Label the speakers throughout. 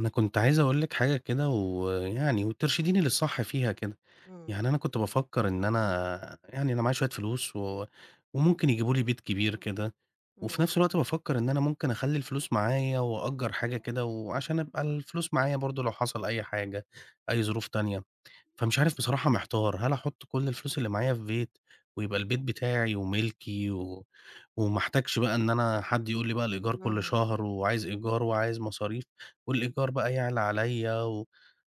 Speaker 1: أنا كنت عايز أقول لِك حاجة كده وترشديني للصح فيها كده.
Speaker 2: إمم،
Speaker 1: يعني أنا كنت بافكّر إن أنا معايا شوية فلوس وممكن يجيبوا لي بيت كبير كده،
Speaker 2: إمم،
Speaker 1: وفي نفس الوقت بافكّر إن أنا ممكن أخلّي الفلوس معايا وأأجّر حاجة كده وعشان أبقى الفلوس معايا برضه لو حصل أي حاجة، أي ظروف تانية. فمش عارف
Speaker 2: إمم،
Speaker 1: بصراحة محتار، هل أحُط كل الفلوس اللي معايا في بيت ويبقى البيت بتاعي ومِلكي وما احتاجش بقى إن أنا حد يقول لي بقى الإيجار كل
Speaker 2: إمم.
Speaker 1: شهر وعايز إيجار وعايز مصاريف، والإيجار بقى يعلى عليّا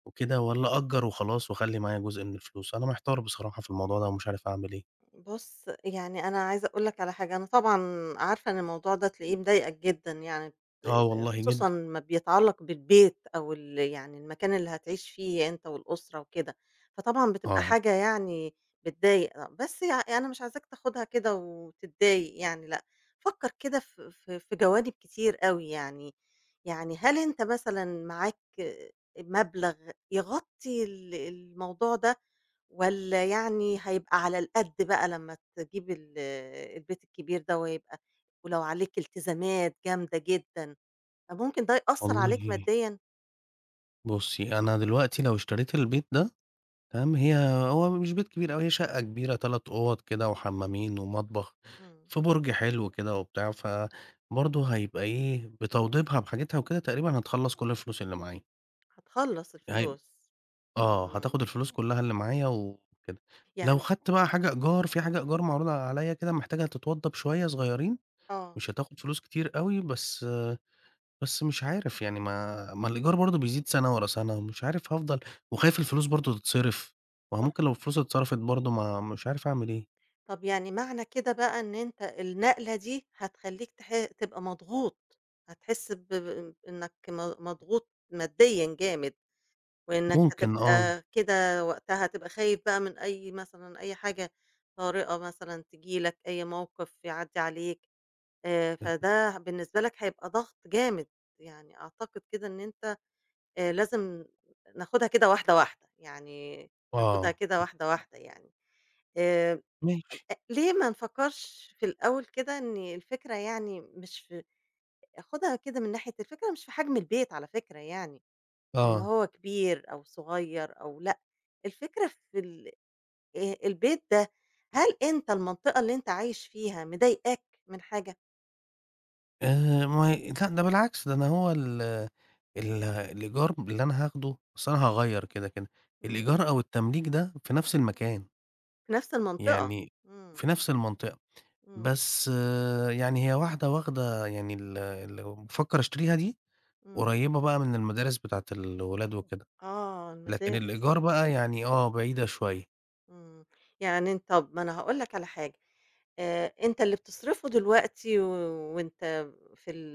Speaker 1: وكده والّا أأجّر وخلاص وأخلّي معايا جزء من الفلوس، أنا محتار بصراحة في الموضوع ده ومش عارف أعمل إيه.
Speaker 2: بُص، يعني أنا عايزة أقول لك على حاجة، أنا طبعًا عارفة إن الموضوع ده تلاقيه مضايقك جدًا يعني ت
Speaker 1: آه
Speaker 2: ت
Speaker 1: والله جدًا،
Speaker 2: خصوصًا أمّا بيتعلّق بالبيت أو ال يعني المكان اللي هتعيش فيه أنت والأسرة وكده، فطبعًا بتبقى
Speaker 1: آه،
Speaker 2: حاجة يعني بتضايق، آه، بس يعني أنا مش عايزاك تاخدها كده وتتضايق يعني لأ، فكّر كده في جوانب كتير أوي يعني، يعني هل أنت مثلًا معاك مبلغ يغطّي الموضوع ده؟ والّا يعني هيبقى على القد بقى لمّا تجيب البيت الكبير ده ويبقى ولو عليك التزامات جامدة جدًا، فممكن ده يأثّر عليك
Speaker 1: والله
Speaker 2: ماديًا؟
Speaker 1: بُصّي، أنا دلوقتي لو اشتريت البيت ده تمام، هو مش بيت كبير أوي، هي شقة كبيرة 3 أوَّض كده وحمامين ومطبخ،
Speaker 2: إمم،
Speaker 1: في برج حلو كده وبتاع، فبرضه هيبقى إيه، بتوضيبها بحاجتها وكده تقريبًا هتخلّص كل الفلوس اللي معايا.
Speaker 2: هتخلّص
Speaker 1: هي
Speaker 2: الفلوس.
Speaker 1: آه، هتاخد
Speaker 2: إمم،
Speaker 1: الفلوس كلّها اللي معايا وكده. لو
Speaker 2: يعني
Speaker 1: خدت بقى حاجة إيجار، في حاجة إيجار معروضة عليّا كده محتاجة تتوضّب شوية صغيّرين،
Speaker 2: آه،
Speaker 1: مش هتاخد فلوس كتير أوي، بس مش عارف يعني ما الإيجار برضه بيزيد سَنة ورا سَنة ومش عارف هافضل وخايف
Speaker 2: إمم،
Speaker 1: الفلوس برضه تتصرف، ما هو
Speaker 2: صح.
Speaker 1: ممكن لو الفلوس اتصرفت برضه ما مش عارف أعمل إيه.
Speaker 2: طب يعني معنى كده بقى إن أنت النقلة دي هتخلّيك تبقى مضغوط، هتحس ب ب إنك مضغوط ماديًا جامد. وإنك
Speaker 1: ممكن آه،
Speaker 2: هتبقى كده وقتها هتبقى خايف بقى من أي مثلًا أي حاجة طارئة مثلًا تيجي لك، أي موقف يعدّي عليك، فده بالنسبة لك هيبقى ضغط جامد، يعني أعتقد كده إن أنت لازم ناخدها كده واحدة، واحدة، يعني ناخدها
Speaker 1: آه،
Speaker 2: كده واحدة، واحدة يعني، آآ،
Speaker 1: ماشي،
Speaker 2: ليه ما نفكّرش في الأول كده إن الفكرة يعني مش في آخُدها كده من ناحية الفكرة مش في حجم البيت على فكرة يعني. إن
Speaker 1: آه.
Speaker 2: هو كبير أو صغير أو لأ، الفكرة في ال البيت ده، هل أنت المنطقة اللي أنت عايش فيها مضايقاك من حاجة؟
Speaker 1: ما هي لأ ده بالعكس، ده أنا هو ال ال الإيجار اللي أنا هاخده أصل أنا هاغيّر كده، كده.
Speaker 2: إمم،
Speaker 1: الإيجار أو التمليك ده في نفس المكان،
Speaker 2: في نفس المنطقة،
Speaker 1: يعني
Speaker 2: إمم،
Speaker 1: في نفس المنطقة،
Speaker 2: إمم،
Speaker 1: بس يعني هي واحدة واخدة يعني اللي بافكّر أشتريها دي
Speaker 2: إمم،
Speaker 1: قريّبة بقى من المدارس بتاعة الولاد وكده،
Speaker 2: آه
Speaker 1: لكن
Speaker 2: المدارس.
Speaker 1: الإيجار بقى يعني آه بعيدة شوية.
Speaker 2: إمم. يعني طب ما أنا هاقول لك على حاجة، أنت اللي بتصرفه دلوقتي و وأنت في ال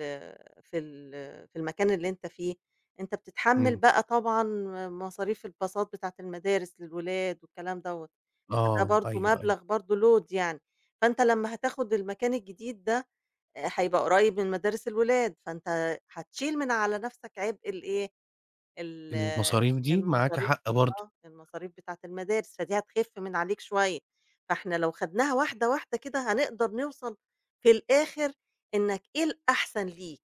Speaker 2: في المكان اللي أنت فيه، أنت بتتحمّل
Speaker 1: إمم.
Speaker 2: بقى طبعًا مصاريف الباصات بتاعة المدارس للولاد والكلام دوّة، فده
Speaker 1: آه،
Speaker 2: برضه
Speaker 1: أيوه، أيوه.
Speaker 2: مبلغ برضه load يعني، فأنت لمّا هتاخد المكان الجديد ده، آه، هيبقى قريّب من مدارس الولاد، فأنت هتشيل من على نَفْسك عبء الإيه، ال
Speaker 1: المصاريف دي معاكِ
Speaker 2: المصاريف
Speaker 1: حق برضه.
Speaker 2: آه، المصاريف بتاعة المدارس، فدي هتخف من عليك شوية، فإحنا لو خدناها واحدة، واحدة كده هنقدر نوصل في الآخر إنك إيه الأحسن ليك،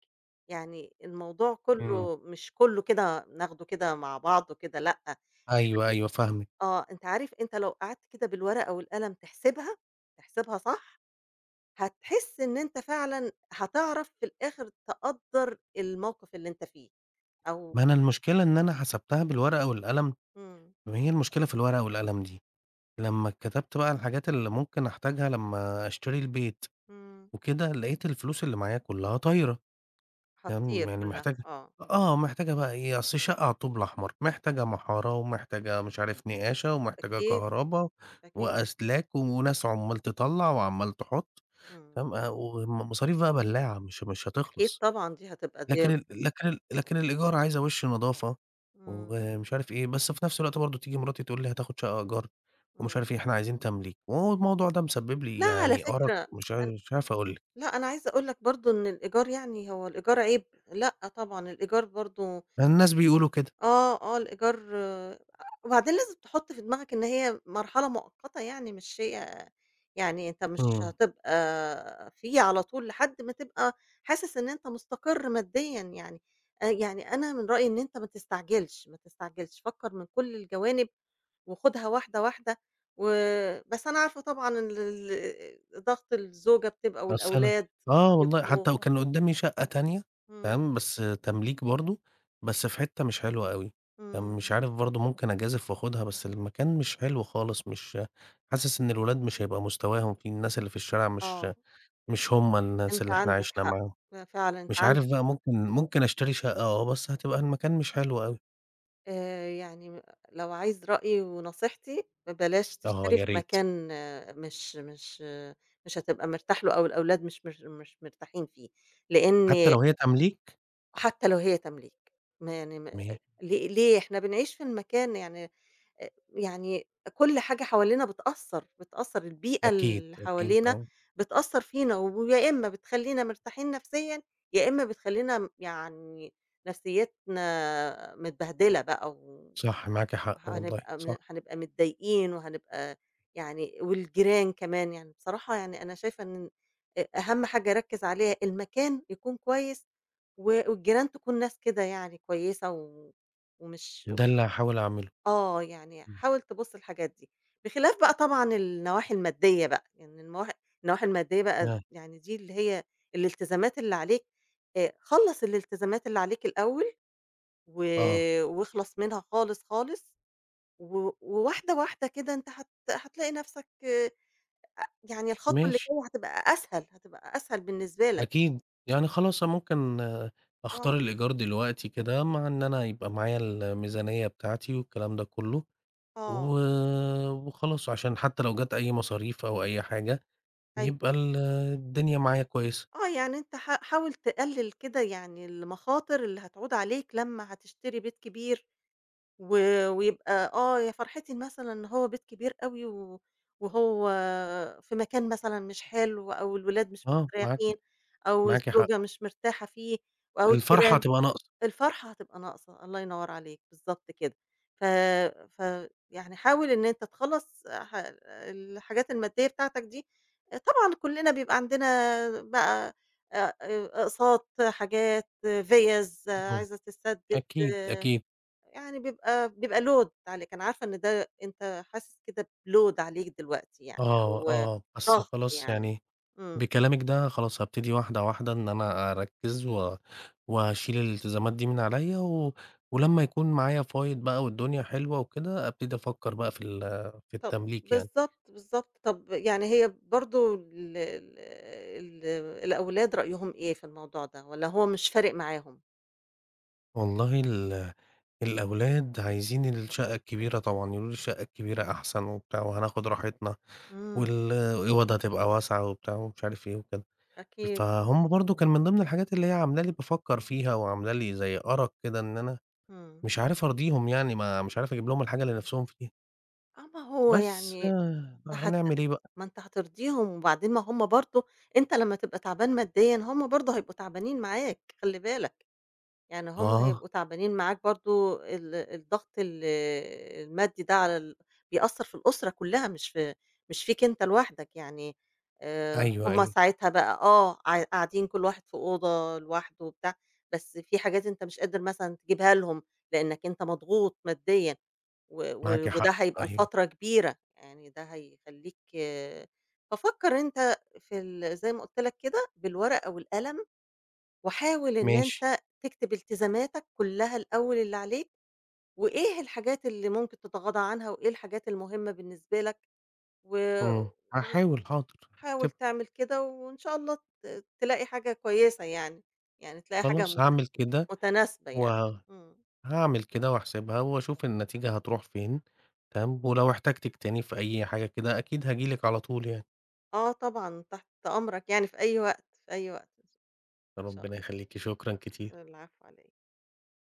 Speaker 2: يعني الموضوع
Speaker 1: إمم.
Speaker 2: كُلّه مش كُلّه كده ناخده كده مع بعضه كده لأ،
Speaker 1: أيوه، أيوه فاهمِك.
Speaker 2: آه، أنت عارف أنت لو قعدت كده بالورقة والقلم تحسبها، تحسبها صح، هتحس إن أنت فعلًا هتعرف في الآخر تقدّر الموقف اللي أنت فيه أو
Speaker 1: ما أنا المشكلة إن أنا حسبتها بالورقة والقلم
Speaker 2: إمم،
Speaker 1: ما هي المشكلة في الورقة والقلم دي، لمّا كتبت بقى الحاجات اللي ممكن أحتاجها لمّا أشتري البيت
Speaker 2: إمم.
Speaker 1: وكده، لقيت الفلوس اللي معايا كلّها طايرة، تمام،
Speaker 2: هتطير
Speaker 1: يعني
Speaker 2: كلّها،
Speaker 1: محتاج
Speaker 2: آه،
Speaker 1: آه، محتاجة بقى إيه، أصل الشقة على الطوب الأحمر، محتاجة محارة ومحتاجة مش عارف نقاشة ومحتاجة
Speaker 2: أكيد،
Speaker 1: كهربا
Speaker 2: أكيد،
Speaker 1: وأسلاك وناس عمّال تطلّع وعمّال تحُط،
Speaker 2: إمم،
Speaker 1: تمام، ومصاريف بقى بلّاعة مش
Speaker 2: أكيد
Speaker 1: هتخلص.
Speaker 2: طبعًا دي هتبقى دي
Speaker 1: لكن الإيجار عايزة وِش نضافة
Speaker 2: إمم،
Speaker 1: ومش عارف إيه، بس في نفس الوقت برضه تيجي مراتي تقول لي: "هتاخد شقة إيجار." ومش
Speaker 2: إمم،
Speaker 1: عارف إيه، "إحنا عايزين تمليك." وهو الموضوع ده مسبب لي
Speaker 2: لأ على
Speaker 1: يعني أرق
Speaker 2: فكرة
Speaker 1: مش عارف
Speaker 2: أنا
Speaker 1: مش عارف أقول لِك.
Speaker 2: لأ أنا عايزة أقول لك برضه إن الإيجار يعني هو الإيجار عيب؟ لأ طبعًا الإيجار برضه
Speaker 1: الناس بيقولوا كده.
Speaker 2: آه، آه، الإيجار آه، وبعدين لازم تحُط في دماغك إن هي مرحلة مؤقتة يعني مش هي يعني أنت مش
Speaker 1: إمم.
Speaker 2: هتبقى فيه على طول لحد ما تبقى حاسس إن أنت مستقر ماديًا يعني، يعني أنا من رأيي إن أنت ما تستعجلش، ما تستعجلش، فكّر من كل الجوانب وخُدها واحدة، واحدة و بس أنا عارفة طبعًا إن ضغط الزوجة بتبقى
Speaker 1: أصل أنا
Speaker 2: والأولاد
Speaker 1: آه والله،
Speaker 2: بيبقوا
Speaker 1: حتى وكان قدّامي شقة تانية
Speaker 2: إمم،
Speaker 1: تمام، بس تمليك برضه، بس في حتّة مش حلوة أوي. تمام، مش
Speaker 2: إمم،
Speaker 1: عارف برضه ممكن أجازف وآخدها، بس المكان مش حلو خالص، مش حاسس إن الولاد مش هيبقى مستواهم فيه، الناس اللي في الشارع مش
Speaker 2: آه،
Speaker 1: مش هم الناس
Speaker 2: أنت
Speaker 1: اللي إحنا
Speaker 2: عندك
Speaker 1: عِشنا
Speaker 2: حق،
Speaker 1: معاهم،
Speaker 2: فعلًا أنت
Speaker 1: مش عارف
Speaker 2: عندك
Speaker 1: بقى ممكن أشتري شقة آه، بس هتبقى المكان مش حلو أوي،
Speaker 2: يعني لو عايز رأيي ونصيحتي، بلاش
Speaker 1: آه
Speaker 2: تشتري
Speaker 1: يا
Speaker 2: في
Speaker 1: ريت،
Speaker 2: مكان آه، مش مش آه، مش هتبقى مرتاح له أو الأولاد مش مرتاحين فيه،
Speaker 1: حتى
Speaker 2: لإن
Speaker 1: لو هي تمليك
Speaker 2: حتى لو هي تمليك، ما يعني ما
Speaker 1: م
Speaker 2: ليه إحنا بنعيش في المكان يعني يعني كل حاجة حوالينا بتأثّر، بتأثّر البيئة
Speaker 1: أكيد،
Speaker 2: اللي
Speaker 1: أكيد
Speaker 2: حوالينا
Speaker 1: آه،
Speaker 2: بتأثّر فينا، ويا إما بتخلّينا مرتاحين نفسيًا، يا إما بتخلّينا يعني نفسيتنا متبهدلة بقى و
Speaker 1: صح معاكِ حق والله
Speaker 2: وهنبقى
Speaker 1: صح،
Speaker 2: هنبقى متضايقين وهنبقى يعني والجيران كمان، يعني بصراحة يعني أنا شايفة إن أهم حاجة أركّز عليها المكان يكون كويس و والجيران تكون ناس كده يعني كويسة و ومش
Speaker 1: ده
Speaker 2: و
Speaker 1: اللي هاحاول أعمله،
Speaker 2: آه، يعني
Speaker 1: إمم،
Speaker 2: حاول تبُص للحاجات دي. بخلاف بقى طبعًا النواحي المادية بقى، يعني النواحي المادية بقى
Speaker 1: آه،
Speaker 2: يعني دي اللي هي الالتزامات اللي عليك خلّص الالتزامات اللي عليك الأول و
Speaker 1: آه،
Speaker 2: واخلص منها خالص، خالص و وواحدة، واحدة كده أنت هتلاقي نَفْسك آه، يعني الخطوة اللي
Speaker 1: ماشي
Speaker 2: جاية هتبقى أسهل، هتبقى أسهل بالنسبة لك.
Speaker 1: أكيد، يعني خلاص أنا ممكن أختار
Speaker 2: آه،
Speaker 1: الإيجار دلوقتي كده مع إن أنا يبقى معايا الميزانية بتاعتي والكلام ده كلّه،
Speaker 2: آه،
Speaker 1: و وخلاص عشان حتى لو جات أي مصاريف أو أي حاجة
Speaker 2: أيوه.
Speaker 1: يبقى الدنيا معايا كويسة.
Speaker 2: آه، يعني أنت حاول تقلِّل كده يعني المخاطر اللي هتعود عليك لمّا هتشتري بيت كبير و ويبقى آه، يا فرحتي مثلًا إن هو بيت كبير أوي و وهو في مكان مثلًا مش حلو أو الولاد مش
Speaker 1: آه، معاكِ،
Speaker 2: مستريّحين أو
Speaker 1: معاكِ حق.
Speaker 2: الزوجة مش مرتاحة فيه أو
Speaker 1: الفرحة
Speaker 2: الجيران
Speaker 1: هتبقى ناقصة،
Speaker 2: الفرحة هتبقى ناقصة، الله ينوّر عليك، بالضبط كده. ف ف يعني حاول إن أنت تخلّص الحاجات المادية بتاعتك دي، طبعًا كلّنا بيبقى عندنا بقى أ أ أقساط، حاجات، آه، فِيَز آه،
Speaker 1: إمم،
Speaker 2: عايزة تتسدد،
Speaker 1: أكيد، أكيد.
Speaker 2: يعني بيبقى load عليك، أنا عارفة إن ده أنت حاسس كده بload عليك دلوقتي يعني
Speaker 1: آه،
Speaker 2: أو
Speaker 1: آه، بس
Speaker 2: ضغط
Speaker 1: خلاص
Speaker 2: يعني.
Speaker 1: يعني
Speaker 2: إمم.
Speaker 1: بكلامِك ده خلاص هابتدي واحدة، واحدة إن أنا أركّز وهاشيل الالتزامات دي من عليَّ ولمّا يكون معايا فايض بقى والدنيا حلوة وكده، أبتدي أفكّر بقى في ال في
Speaker 2: طب
Speaker 1: التمليك يعني.
Speaker 2: بالضبط، بالضبط. طب يعني هي برضه ال ال ال الأولاد رأيهم إيه في الموضوع ده والّا هو مش فارق معاهم؟
Speaker 1: والله الأولاد عايزين الشقة الكبيرة طبعًا، يقولوا لي الشقة الكبيرة أحسن وبتاع وهناخد راحتنا،
Speaker 2: إمم،
Speaker 1: والأوض هتبقى واسعة وبتاع ومش عارف إيه وكده.
Speaker 2: أكيد،
Speaker 1: فهم برضه كان من ضمن الحاجات اللي هي عاملة لي بافكّر فيها وعاملة لي زي أرق كده إن أنا
Speaker 2: إمم.
Speaker 1: مش عارف أرضيهم يعني ما مش عارف أجيب لهم الحاجة اللي نفسهم فيها،
Speaker 2: آه، ما هو
Speaker 1: بس
Speaker 2: يعني
Speaker 1: آه،
Speaker 2: هت
Speaker 1: هنعمل إيه بقى؟
Speaker 2: ما أنت هترضيهم وبعدين ما هم برضه أنت لمّا تبقى تعبان ماديًا هم برضه هيبقوا تعبانين معاك، خلّي بالك. يعني هم
Speaker 1: آه،
Speaker 2: هيبقوا تعبانين معاك برضه الضغط المادي ده على بيأثّر في الأسرة كلّها مش في مش فيك أنت لوحدك يعني
Speaker 1: أيوه،
Speaker 2: هم
Speaker 1: أيوه،
Speaker 2: ساعتها بقى آه، قاعدين كل واحد في أوضة لوحده وبتاع، بس في حاجات أنت مش قادر مثلًا تجيبها لهم لإنّك أنت مضغوط ماديًا و
Speaker 1: معاكِ
Speaker 2: و وده
Speaker 1: حق،
Speaker 2: هيبقى
Speaker 1: أيوه،
Speaker 2: لفترة كبيرة، يعني ده هيخلّيك آه، ففكّر أنت في ال زي ما قُلت لك كده بالورقة والقلم وحاول إن
Speaker 1: ماشي،
Speaker 2: أنت تكتب التزاماتك كلّها الأول اللي عليك، وإيه الحاجات اللي ممكن تتغاضى عنها، وإيه الحاجات المهمة بالنسبة لك، و
Speaker 1: إمم، هاحاول حاضر،
Speaker 2: حاول
Speaker 1: تب
Speaker 2: تعمل كده وإن شاء الله ت تلاقي حاجة كويسة يعني، يعني تلاقي حاجة
Speaker 1: خلاص هاعمل كده
Speaker 2: متناسبة يعني.
Speaker 1: وه
Speaker 2: إمم.
Speaker 1: هاعمل كده وأحسبها وأشوف النتيجة هتروح فين، تمام، ولو احتجتِك تاني في أي حاجة كده أكيد هاجي لِك على طول يعني،
Speaker 2: آه طبعًا، تحت أمرك يعني في أي وقت، في أي وقت إن شاء
Speaker 1: ربنا
Speaker 2: الله.
Speaker 1: يخليكِ، شكرًا كتير.
Speaker 2: العفو على إيه.